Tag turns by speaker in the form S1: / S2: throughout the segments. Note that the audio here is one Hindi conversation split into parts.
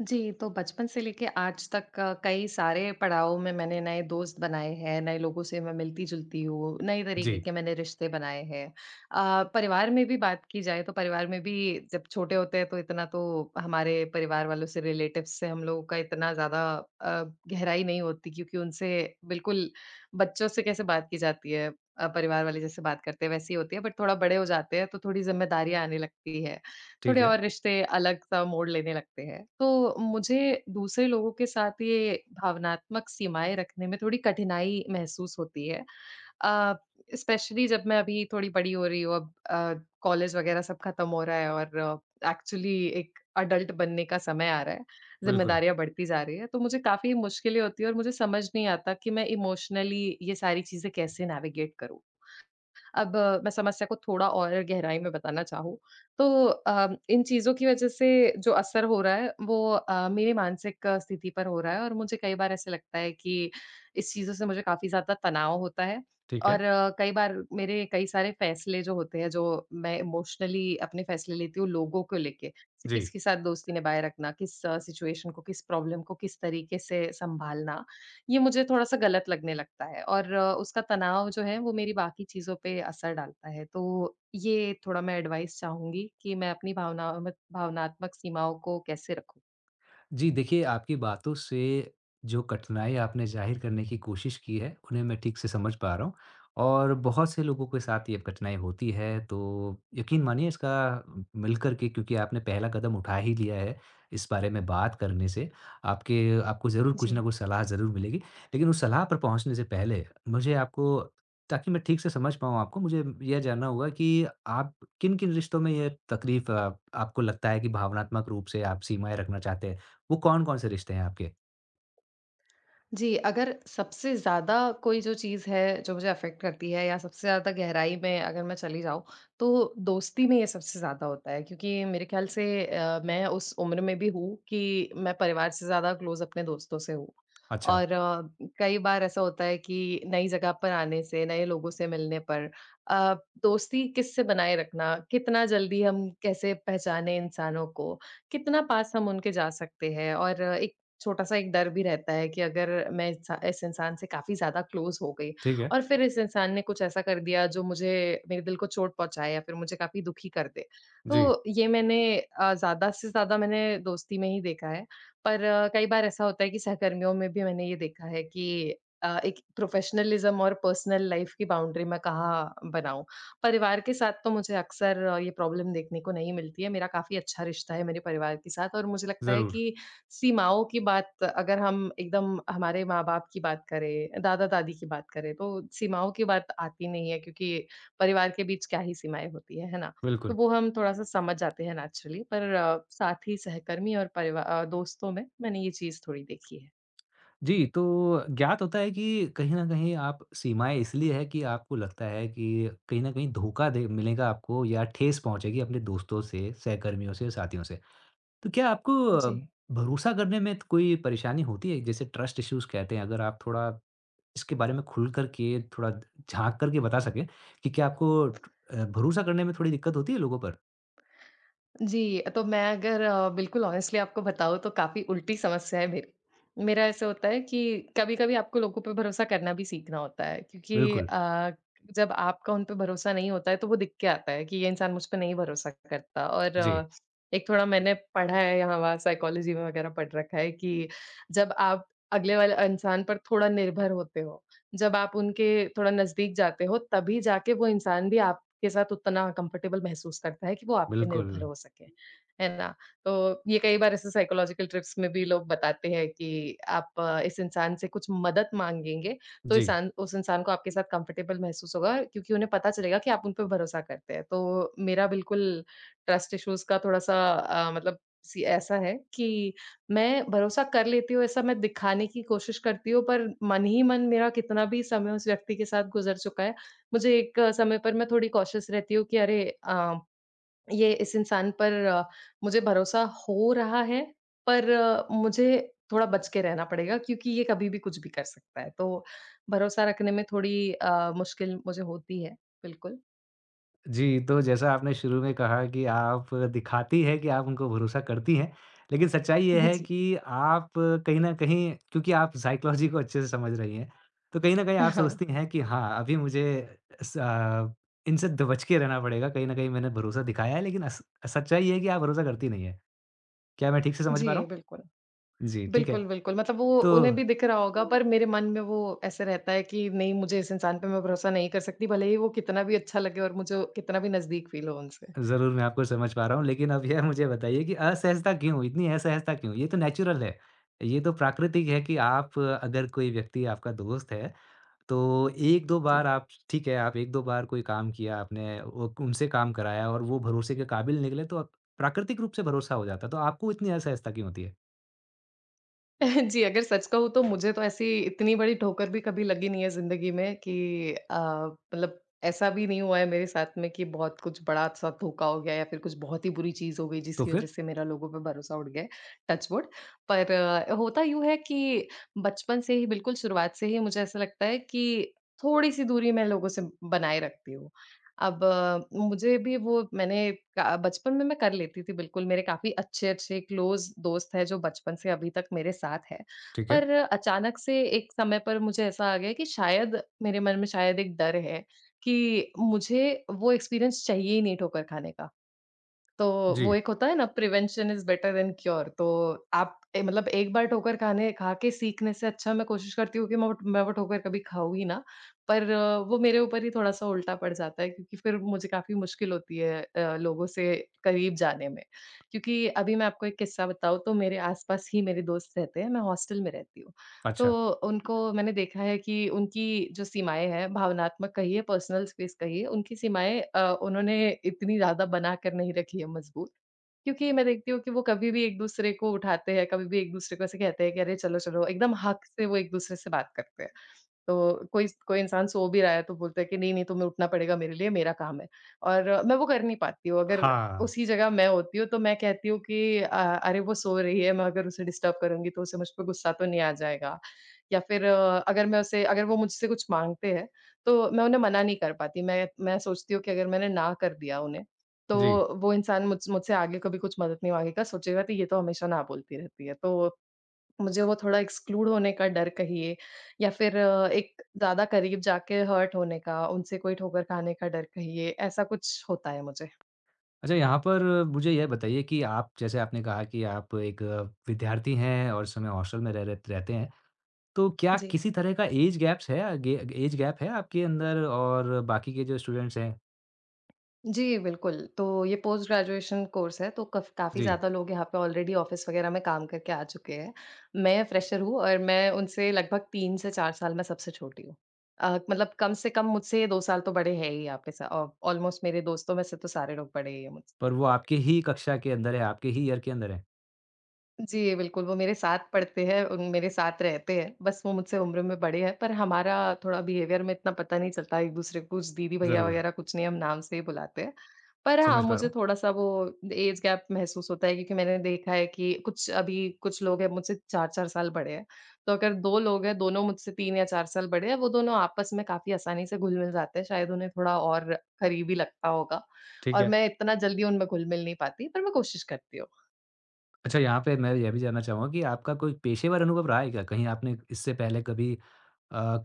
S1: जी, तो बचपन से लेके आज तक कई सारे पड़ाव में मैंने नए दोस्त बनाए हैं, नए लोगों से मैं मिलती-जुलती हूँ, नए तरीके
S2: जी,
S1: के मैंने रिश्ते बनाए हैं। परिवार में भी बात की जाए तो परिवार में भी जब छोटे होते हैं तो इतना तो हमारे परिवार वालों से रिलेटिव्स से हम लोगों का इतना ज़्यादा अ, गहराई नहीं होती क्योंकि उनसे बिल्कुल बच्चों से कैसे बात की जाती है, परिवार वाले जैसे बात करते हैं वैसी होती है बट थोड़ा बड़े हो जाते हैं तो थोड़ी ज़िम्मेदारियाँ आने लगती है।
S2: ठीक
S1: थोड़े
S2: है।
S1: और रिश्ते अलग-सा मोड़ लेने लगते हैं। तो मुझे दूसरे लोगों के साथ ये भावनात्मक सीमाएँ रखने में थोड़ी कठिनाई महसूस होती है। अ, स्पेशली जब मैं अभी थोड़ी बड़ी हो रही हूँ, अब कॉलेज वगैरह सब खत्म हो रहा है और एक्चुअली एक अडल्ट बनने का समय आ रहा है,
S2: बिल्कुल,
S1: ज़िम्मेदारियाँ बढ़ती जा रही हैं, तो मुझे काफ़ी मुश्किलें होती हैं और मुझे समझ नहीं आता कि मैं इमोशनली ये सारी चीज़ें कैसे नेविगेट करूँ। अब मैं समस्या को थोड़ा और गहराई में बताना चाहूँ, तो इन चीज़ों की वज़ह से जो असर हो रहा है वो, मेरी मानसिक स्थिति पर हो रहा है और मुझे कई बार ऐसे लगता है कि इस चीज़ों से मुझे काफ़ी ज़्यादा तनाव होता है
S2: ठीक
S1: और
S2: है।
S1: कई बार मेरे कई सारे फ़ैसले जो होते हैं, जो मैं इमोशनली अपने फ़ैसले लेती हूँ लोगों को लेके, जैसे
S2: जी।
S1: किसके साथ दोस्ती निभाए रखना, किस सिचुएशन को, किस प्रॉब्लम को किस तरीके से सँभालना ये मुझे थोड़ा-सा गलत लगने लगता है और उसका तनाव जो है वो मेरी बाकी चीज़ों पे असर डालता है। तो ये थोड़ा मैं एडवाइस चाहूँगी कि मैं अपनी भावनाव भावनात्मक सीमाओं को कैसे रखूँ?
S2: जी, देखिए आपकी बातों से जो कठिनाई आपने ज़ाहिर करने की कोशिश की है, उन्हें मैं ठीक से समझ पा रहा हूँ और बहुत से लोगों के साथ ये कठिनाई होती है, तो यकीन मानिए इसका मिलकर के क्योंकि आपने पहला कदम उठा ही लिया है, इस बारे में बात करने से, आपके आपको ज़रूर कुछ
S1: जी।
S2: न कुछ सलाह ज़रूर मिलेगी। लेकिन उस सलाह पर पहुँचने से पहले मुझे आपको ताकि मैं ठीक से समझ पाऊँ आपको, मुझे यह जानना होगा कि आप किन-किन रिश्तों में ये तकलीफ़ आप आपको लगता है कि भावनात्मक रूप से आप सीमाएँ रखना चाहते हैं? वो कौन-कौन से रिश्ते हैं आपके?
S1: जी, अगर सबसे ज़्यादा कोई जो चीज़ है, जो मुझे अफ़ेक्ट करती है या सबसे ज़्यादा गहराई में अगर मैं चली जाऊँ, तो दोस्ती में ये सबसे ज़्यादा होता है क्योंकि मेरे ख़्याल से मैं उस उम्र में भी हूँ कि मैं परिवार से ज़्यादा क्लोज़ अपने दोस्तों से हूँ।
S2: अच्छा,
S1: और कई बार ऐसा होता है कि नई जगह पर आने से, नए लोगों से मिलने पर अ, दोस्ती किससे बनाए रखना, कितना जल्दी हम कैसे पहचाने इंसानों को, कितना पास हम उनके जा सकते हैं और एक छोटा-सा एक डर भी रहता है कि अगर मैं इंसा इस इंसान से काफ़ी ज़्यादा क्लोज़ हो गई
S2: ठीक है।
S1: और फिर इस इंसान ने कुछ ऐसा कर दिया जो मुझे मेरे दिल को चोट पहुँचाए या फिर मुझे काफ़ी दुखी कर दे।
S2: जी,
S1: तो ये मैंने, ज़्यादा से ज़्यादा मैंने दोस्ती में ही देखा है। पर कई बार ऐसा होता है कि सहकर्मियों में भी मैंने ये देखा है कि एक प्रोफ़ेशनलिज़्म और पर्सनल लाइफ़ की बाउंड्री मैं कहाँ बनाऊँ। परिवार के साथ तो मुझे अक्सर ये प्रॉब्लम देखने को नहीं मिलती है। मेरा काफ़ी अच्छा रिश्ता है मेरे परिवार के साथ और मुझे लगता है
S2: ज़रूर,
S1: कि सीमाओं की बात अगर हम एकदम हमारे माँ-बाप की बात करें, दादा-दादी की बात करें, तो सीमाओं की बात आती नहीं है क्योंकि परिवार के बीच क्या ही सीमाएँ होती हैं, है ना? तो
S2: बिल्कुल।
S1: वो हम थोड़ा-सा समझ जाते हैं नेचुरली पर साथी, सहकर्मी और दोस्तों में मैंने ये चीज़ थोड़ी देखी है।
S2: जी, तो ज्ञात होता है कि कहीं न कहीं आप सीमाएँ इसलिए है कि आपको लगता है कि कहीं न कहीं धोखा दे मिलेगा आपको या ठेस पहुँचेगी अपने दोस्तों से, सहकर्मियों से, साथियों से। तो क्या आपको
S1: जी।
S2: भरोसा करने में त कोई परेशानी होती है? जैसे ट्रस्ट इश्यूज़ कहते हैं, अगर आप थोड़ा इसके बारे में खुल कर के थोड़ा झाँक कर के बता सकें कि क्या आपको भरोसा करने में थोड़ी दिक्कत होती है लोगों पर?
S1: जी, तो मैं अगर बिल्कुल ऑनेस्टली आपको बताऊँ तो काफ़ी उल्टी समस्या है मेरी। मेरा ऐसा होता है कि कभी-कभी आपको लोगों पे भरोसा करना भी सीखना होता है क्योंकि
S2: बिल्कुल।
S1: जब आपका उन पे भरोसा नहीं होता है तो वो दिख के आता है कि ये इंसान मुझ पे नहीं भरोसा करता और
S2: जी,
S1: एक थोड़ा मैंने पढ़ा है यहाँ-वहाँ साइकोलॉजी में वगैरह पढ़ रखा है कि जब आप अगले वाले इंसान पर थोड़ा निर्भर होते हो, जब आप उनके थोड़ा नज़दीक जाते हो तभी जाके वो इंसान भी आपके साथ उतना कंफर्टेबल महसूस करता है कि वो आप पे
S2: बिल्कुल।
S1: निर्भर हो सके, है ना? तो ये कई बार ऐसे साइकोलॉजिकल ट्रिप्स में भी लोग बताते हैं कि आप, इस इंसान से कुछ मदद माँगेंगे, तो
S2: जी।
S1: इंसान उस इंसान को आपके साथ कंफर्टेबल महसूस होगा क्योंकि उन्हें पता चलेगा कि आप उन पे भरोसा करते हैं। तो मेरा बिल्कुल ट्रस्ट इश्यूज़ का थोड़ा-सा मतलब सी ऐसा है कि मैं भरोसा कर लेती हूँ, ऐसा मैं दिखाने की कोशिश करती हूँ, पर मन ही मन मेरा कितना भी समय उस व्यक्ति के साथ गुज़र चुका है मुझे एक, समय पर मैं थोड़ी कॉशियस रहती हूँ कि अरे, ये इस इंसान पर, मुझे भरोसा हो रहा है, पर मुझे थोड़ा बच के रहना पड़ेगा क्योंकि ये कभी भी कुछ भी कर सकता है। तो भरोसा रखने में थोड़ी मुश्किल मुझे होती है, बिल्कुल।
S2: जी, तो जैसा आपने शुरू में कहा कि आप दिखाती है कि आप उनको भरोसा करती हैं, लेकिन सच्चाई ये है
S1: जी।
S2: कि आप कहीं न कहीं क्योंकि आप साइकोलॉजी को अच्छे से समझ रही हैं, तो कहीं न कहीं आप
S1: हाँ,
S2: सोचती हैं कि हाँ, अभी इनसे दबच के रहना पड़ेगा, कहीं न कहीं मैंने भरोसा दिखाया है लेकिन अस सच्चाई ये है कि आप भरोसा करती नहीं हैं। क्या मैं ठीक से समझ
S1: जी,
S2: पा रहा हूँ?
S1: बिल्कुल।
S2: जी, ठीक है।
S1: बिल्कुल, बिल्कुल, मतलब वो
S2: तो
S1: उन्हें भी दिख रहा होगा पर मेरे मन में वो ऐसे रहता है कि नहीं मुझे इस इंसान पे मैं भरोसा नहीं कर सकती, भले ही वो कितना भी अच्छा लगे और मुझे कितना भी नज़दीक फ़ील हो उनसे।
S2: ज़रूर, मैं आपको समझ पा रहा हूँ। लेकिन अब यह मुझे बताइए कि असहजता क्यों? इतनी असहजता क्यों? ये तो नेचुरल है। ये तो प्राकृतिक है कि आप अगर कोई व्यक्ति आपका दोस्त है, तो 1-2
S1: जी।
S2: बार आप ठीक है, आप 1-2 बार कोई काम किया आपने, वो उनसे काम कराया और वो भरोसे के काबिल निकले तो प्राकृतिक रूप से भरोसा हो जाता है। तो आपको इतनी असहजता क्यों होती है?
S1: जी, अगर सच कहूँ तो मुझे तो ऐसी इतनी बड़ी ठोकर भी कभी लगी नहीं है ज़िंदगी में कि मतलब ऐसा भी नहीं हुआ है मेरे साथ में कि बहुत कुछ बड़ा-सा धोखा हो गया या फिर कुछ बहुत ही बुरी चीज़ हो गई
S2: तो
S1: जिसकी वज़ह
S2: फिर?
S1: से मेरा लोगों पे भरोसा उठ गया है, टच वुड। पर होता यूँ है कि बचपन से ही बिल्कुल शुरुआत से ही मुझे ऐसा लगता है कि थोड़ी-सी दूरी मैं लोगों से बनाए रखती हूँ। अब मुझे भी वो मैंने क बचपन में मैं कर लेती थी बिल्कुल, मेरे काफ़ी अच्छे-अच्छे क्लोज़ दोस्त हैं जो बचपन से अभी तक मेरे साथ हैं।
S2: ठीक है।
S1: पर अचानक से एक समय पर मुझे ऐसा आ गया कि शायद मेरे मन में शायद एक डर है कि मुझे वो एक्सपीरियंस चाहिए ही नहीं ठोकर खाने का। तो
S2: जी।
S1: वो एक होता है ना prevention is better than cure, तो मतलब एक बार ठोकर खाने खा के सीखने से अच्छा मैं कोशिश करती हूँ कि मैं वो ठोकर कभी खाऊँ ही ना। पर वो मेरे ऊपर ही थोड़ा-सा उल्टा पड़ जाता है क्योंकि फिर मुझे काफ़ी मुश्किल होती है लोगों से करीब जाने में। क्योंकि अभी मैं आपको एक किस्सा बताऊँ तो मेरे आस-पास ही मेरे दोस्त रहते हैं, मैं हॉस्टल में रहती हूँ। तो
S2: अच्छा।
S1: उनको मैंने देखा है कि उनकी जो सीमाएँ हैं, भावनात्मक कहिए, पर्सनल स्पेस कहिए, उनकी सीमाएँ उन्होंने इतनी ज़्यादा बनाकर नहीं रखी है मज़बूत। क्योंकि मैं देखती हूँ कि वो कभी भी एक-दूसरे को उठाते हैं, कभी भी एक-दूसरे को ऐसे कहते हैं कि अरे चलो, चलो, एकदम हक से वो एक-दूसरे से बात करते हैं। तो कोई कोई इंसान सो भी रहा है तो बोलता है कि नहीं, नहीं, तुम्हें उठना पड़ेगा मेरे लिए, मेरा काम है। और मैं वो कर नहीं पाती हूँ। अगर
S2: हाँ।
S1: उसी जगह मैं होती हूँ तो मैं कहती हूँ कि अरे वो सो रही है, मैं अगर उसे डिस्टर्ब करूँगी तो उसे मुझ पे गुस्सा तो नहीं आ जाएगा? या फिर अगर मैं उसे अगर वो मुझसे कुछ माँगते हैं, तो मैं उन्हें मना नहीं कर पाती। मैं सोचती हूँ कि अगर मैंने ना कर दिया उन्हें,
S2: जी।
S1: तो वो इंसान मुझसे आगे कभी कुछ मदद नहीं माँगेगा, सोचेगा कि ये तो हमेशा ना बोलती रहती है। तो मुझे वो थोड़ा एक्सक्लूड होने का डर कहिए या फिर एक ज़्यादा करीब जाके हर्ट होने का, उनसे कोई ठोकर खाने का डर कहिए, ऐसा कुछ होता है मुझे।
S2: अच्छा यहाँ पर मुझे यह बताइए कि आप जैसे आपने कहा कि आप एक विद्यार्थी हैं और इस समय हॉस्टल में रह रह रहते हैं। तो क्या
S1: जी।
S2: किसी तरह का ऐज गैप है आपके अंदर और बाकी के जो स्टूडेंट्स हैं?
S1: जी, बिल्कुल। तो ये पोस्ट ग्रेजुएशन कोर्स है, तो कफ काफ़ी
S2: जी,
S1: ज़्यादा लोग यहाँ पे ऑलरेडी ऑफ़िस वग़ैरह में काम करके आ चुके हैं। मैं फ्रेशर हूँ और मैं उनसे लगभग 3 से 4 साल में सबसे छोटी हूँ। मतलब कम से कम मुझसे 2 साल तो बड़े हैं ही यहाँ पे स ऑ ऑलमोस्ट मेरे दोस्तों में से तो सारे लोग बड़े ही हैं मुझसे।
S2: पर वो आपके ही कक्षा के अंदर है, आपके ही ईयर के अंदर है।
S1: जी, बिल्कुल, वो मेरे साथ पढ़ते हैं, उन मेरे साथ रहते हैं, बस वो मुझसे उम्र में बड़े हैं, पर हमारा थोड़ा बिहेवियर में इतना पता नहीं चलता एक-दूसरे को, कुछ दीदी भैया
S2: ज़रूर,
S1: वगैरह कुछ नहीं, हम नाम से ही बुलाते हैं। पर हाँ,
S2: समझ पा रहा
S1: मुझे
S2: हूँ।
S1: थोड़ा-सा वो एज गैप महसूस होता है क्योंकि मैंने देखा है कि कुछ लोग हैं मुझसे 4-4 साल बड़े हैं, तो अगर 2 लोग हैं, दोनों मुझसे 3 या 4 साल बड़े हैं, वो दोनों आपस में काफ़ी आसानी से घुल-मिल जाते हैं, शायद उन्हें थोड़ा और करीबी लगता होगा
S2: ठीक
S1: और
S2: है।
S1: मैं इतना जल्दी उनमें घुल-मिल नहीं पाती, पर मैं कोशिश करती हूँ।
S2: अच्छा यहाँ पे मैं यह भी जानना चाहूँगा कि आपका कोई पेशेवर अनुभव रहा है क्या? कहीं आपने इससे पहले कभी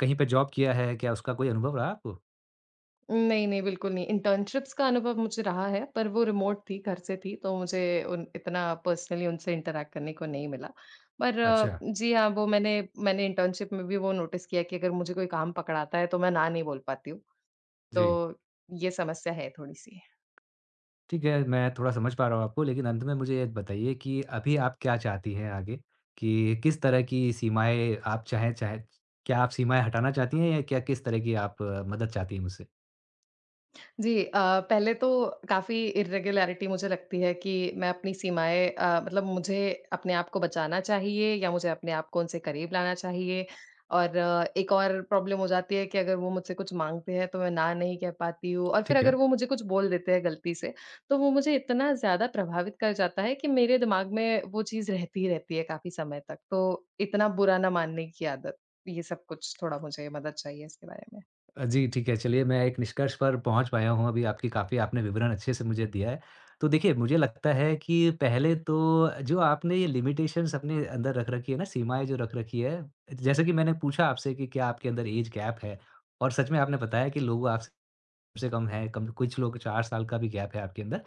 S2: कहीं पे जॉब किया है? क्या उसका कोई अनुभव रहा आपको?
S1: नहीं, नहीं, बिल्कुल नहीं। इंटर्नशिप्स का अनुभव मुझे रहा है, पर वो रिमोट थी, घर से थी, तो मुझे उन इतना पर्सनली उनसे इंटरैक्ट करने को नहीं मिला। पर
S2: अच्छा,
S1: जी हाँ, वो मैंने मैंने इंटर्नशिप में भी वो नोटिस किया कि अगर मुझे कोई काम पकड़ाता है, तो मैं ना नहीं बोल पाती हूँ।
S2: जी।
S1: तो ये समस्या है थोड़ी-सी।
S2: ठीक है, मैं थोड़ा समझ पा रहा हूँ आपको, लेकिन अंत में मुझे ये बताइए कि अभी आप क्या चाहती हैं आगे? कि किस तरह की सीमाएँ आप चाहें चाहें क्या आप सीमाएँ हटाना चाहती हैं या क्या किस तरह की आप मदद चाहती हैं मुझसे?
S1: जी, पहले तो काफ़ी इर्रेगुलैरिटी मुझे लगती है कि मैं अपनी सीमाएँ, मतलब मुझे अपने आप को बचाना चाहिए या मुझे अपने आप को उनसे करीब लाना चाहिए। और एक और प्रॉब्लम हो जाती है कि अगर वो मुझसे कुछ माँगते हैं तो मैं ना नहीं कह पाती हूँ और फिर
S2: ठीक
S1: अगर
S2: है।
S1: वो मुझे कुछ बोल देते हैं गलती से, तो वो मुझे इतना ज़्यादा प्रभावित कर जाता है कि मेरे दिमाग में वो चीज़ रहती ही रहती है काफ़ी समय तक। तो इतना बुरा ना मानने की आदत, ये सब कुछ थोड़ा मुझे मदद चाहिए इसके बारे में।
S2: जी, ठीक है, चलिए मैं एक निष्कर्ष पर पहुँच पाया हूँ अभी आपकी काफ़ी आपने विवरण अच्छे से मुझे दिया है। तो देखिए, मुझे लगता है कि पहले तो जो आपने ये लिमिटेशंस अपने अंदर रख रखी है ना, सीमाएँ जो रख रखी है, जैसे कि मैंने पूछा आपसे कि क्या आपके अंदर ऐज गैप है? और सच में आपने बताया कि लोग आपसे से कम है, कम कुछ लोग 4 साल का भी गैप है आपके अंदर।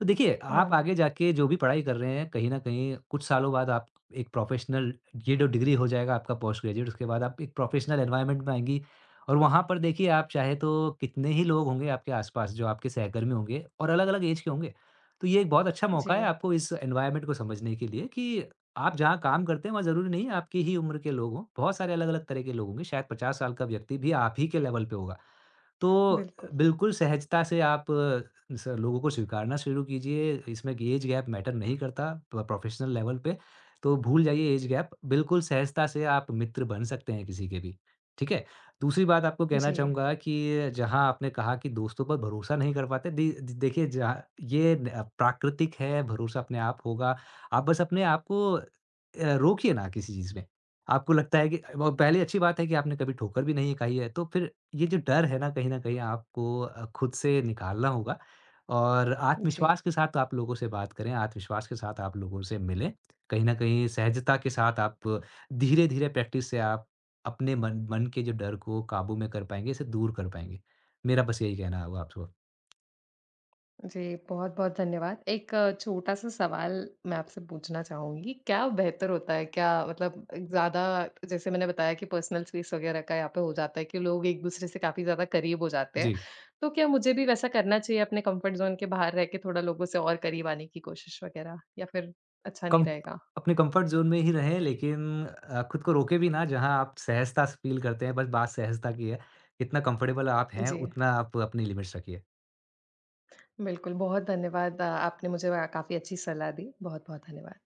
S2: तो देखिए, आप
S1: हुँ,
S2: आगे जाके जो भी पढ़ाई कर रहे हैं, कहीं न कहीं कुछ सालों बाद आप एक प्रोफ़ेशनल ये जो डिग्री हो जाएगा आपका पोस्ट ग्रेजुएट, उसके बाद आप एक प्रोफ़ेशनल एनवायरनमेंट में आएँगी और वहाँ पर देखिए आप चाहे तो कितने ही लोग होंगे आपके आस-पास जो आपके सहकर्मी होंगे और अलग-अलग ऐज के होंगे। तो ये एक बहुत अच्छा मौका है
S1: जी,
S2: आपको इस एनवायरनमेंट को समझने के लिए कि आप जहाँ काम करते हैं, वहाँ ज़रूरी नहीं है आपकी ही उम्र के लोग हों। बहुत सारे अलग-अलग तरह के लोग होंगे, शायद 50 साल का व्यक्ति भी आप ही के लेवल पे होगा। तो
S1: बिल्कुल।
S2: बिल्कुल सहजता से आप अ, स लोगों को स्वीकारना शुरू कीजिए, इसमें ऐज गैप मैटर नहीं करता प प्रोफ़ेशनल लेवल पे, तो भूल जाइए ऐज गैप, बिल्कुल सहजता से आप मित्र बन सकते हैं किसी के भी, ठीक है? दूसरी बात आपको कहना
S1: जी।
S2: चाहूँगा कि जहाँ आपने कहा कि दोस्तों पर भरोसा नहीं कर पाते, दे द देखिए जहाँ ये न अ, प्राकृतिक है, भरोसा अपने आप होगा, आप बस अपने आप को रोकिए ना किसी चीज़ में। आपको लगता है कि अ, ब पहली अच्छी बात है कि आपने कभी ठोकर भी नहीं खाई है, तो फिर ये जो डर है ना कहीं न कहीं आपको खुद से निकालना होगा और
S1: जी,
S2: आत्मविश्वास के साथ आप लोगों से बात करें, आत्मविश्वास के साथ आप लोगों से मिलें। कहीं न कहीं सहजता के साथ आप धीरे-धीरे प्रैक्टिस से आप अपने मन मन के जो डर को काबू में कर पाएँगे, इसे दूर कर पाएँगे। मेरा बस यही कहना होगा आपको।
S1: जी, बहुत-बहुत धन्यवाद। एक छोटा-सा सवाल मैं आपसे पूछना चाहूँगी, क्या बेहतर होता है? क्या मतलब ज़्यादा जैसे मैंने बताया कि पर्सनल स्पेस वगैरह का यहाँ पे हो जाता है कि लोग एक-दूसरे से काफ़ी ज़्यादा करीब हो जाते हैं।
S2: जी,
S1: तो क्या मुझे भी वैसा करना चाहिए अपने कम्फर्ट ज़ोन के बाहर रह के थोड़ा लोगों से और करीब आने की कोशिश वगैरह या फिर अच्छा नहीं
S2: कम
S1: रहेगा?
S2: अपने कंफर्ट ज़ोन में ही रहें लेकिन खुद को रोके भी ना जहाँ आप सहजता से फ़ील करते हैं, बस बात सहजता की है। जितना कंफर्टेबल आप हैं,
S1: जी,
S2: उतना आप अपनी लिमिट्स रखिए।
S1: बिल्कुल, बहुत धन्यवाद। आपने मुझे काफ़ी अच्छी सलाह दी। बहुत-बहुत धन्यवाद।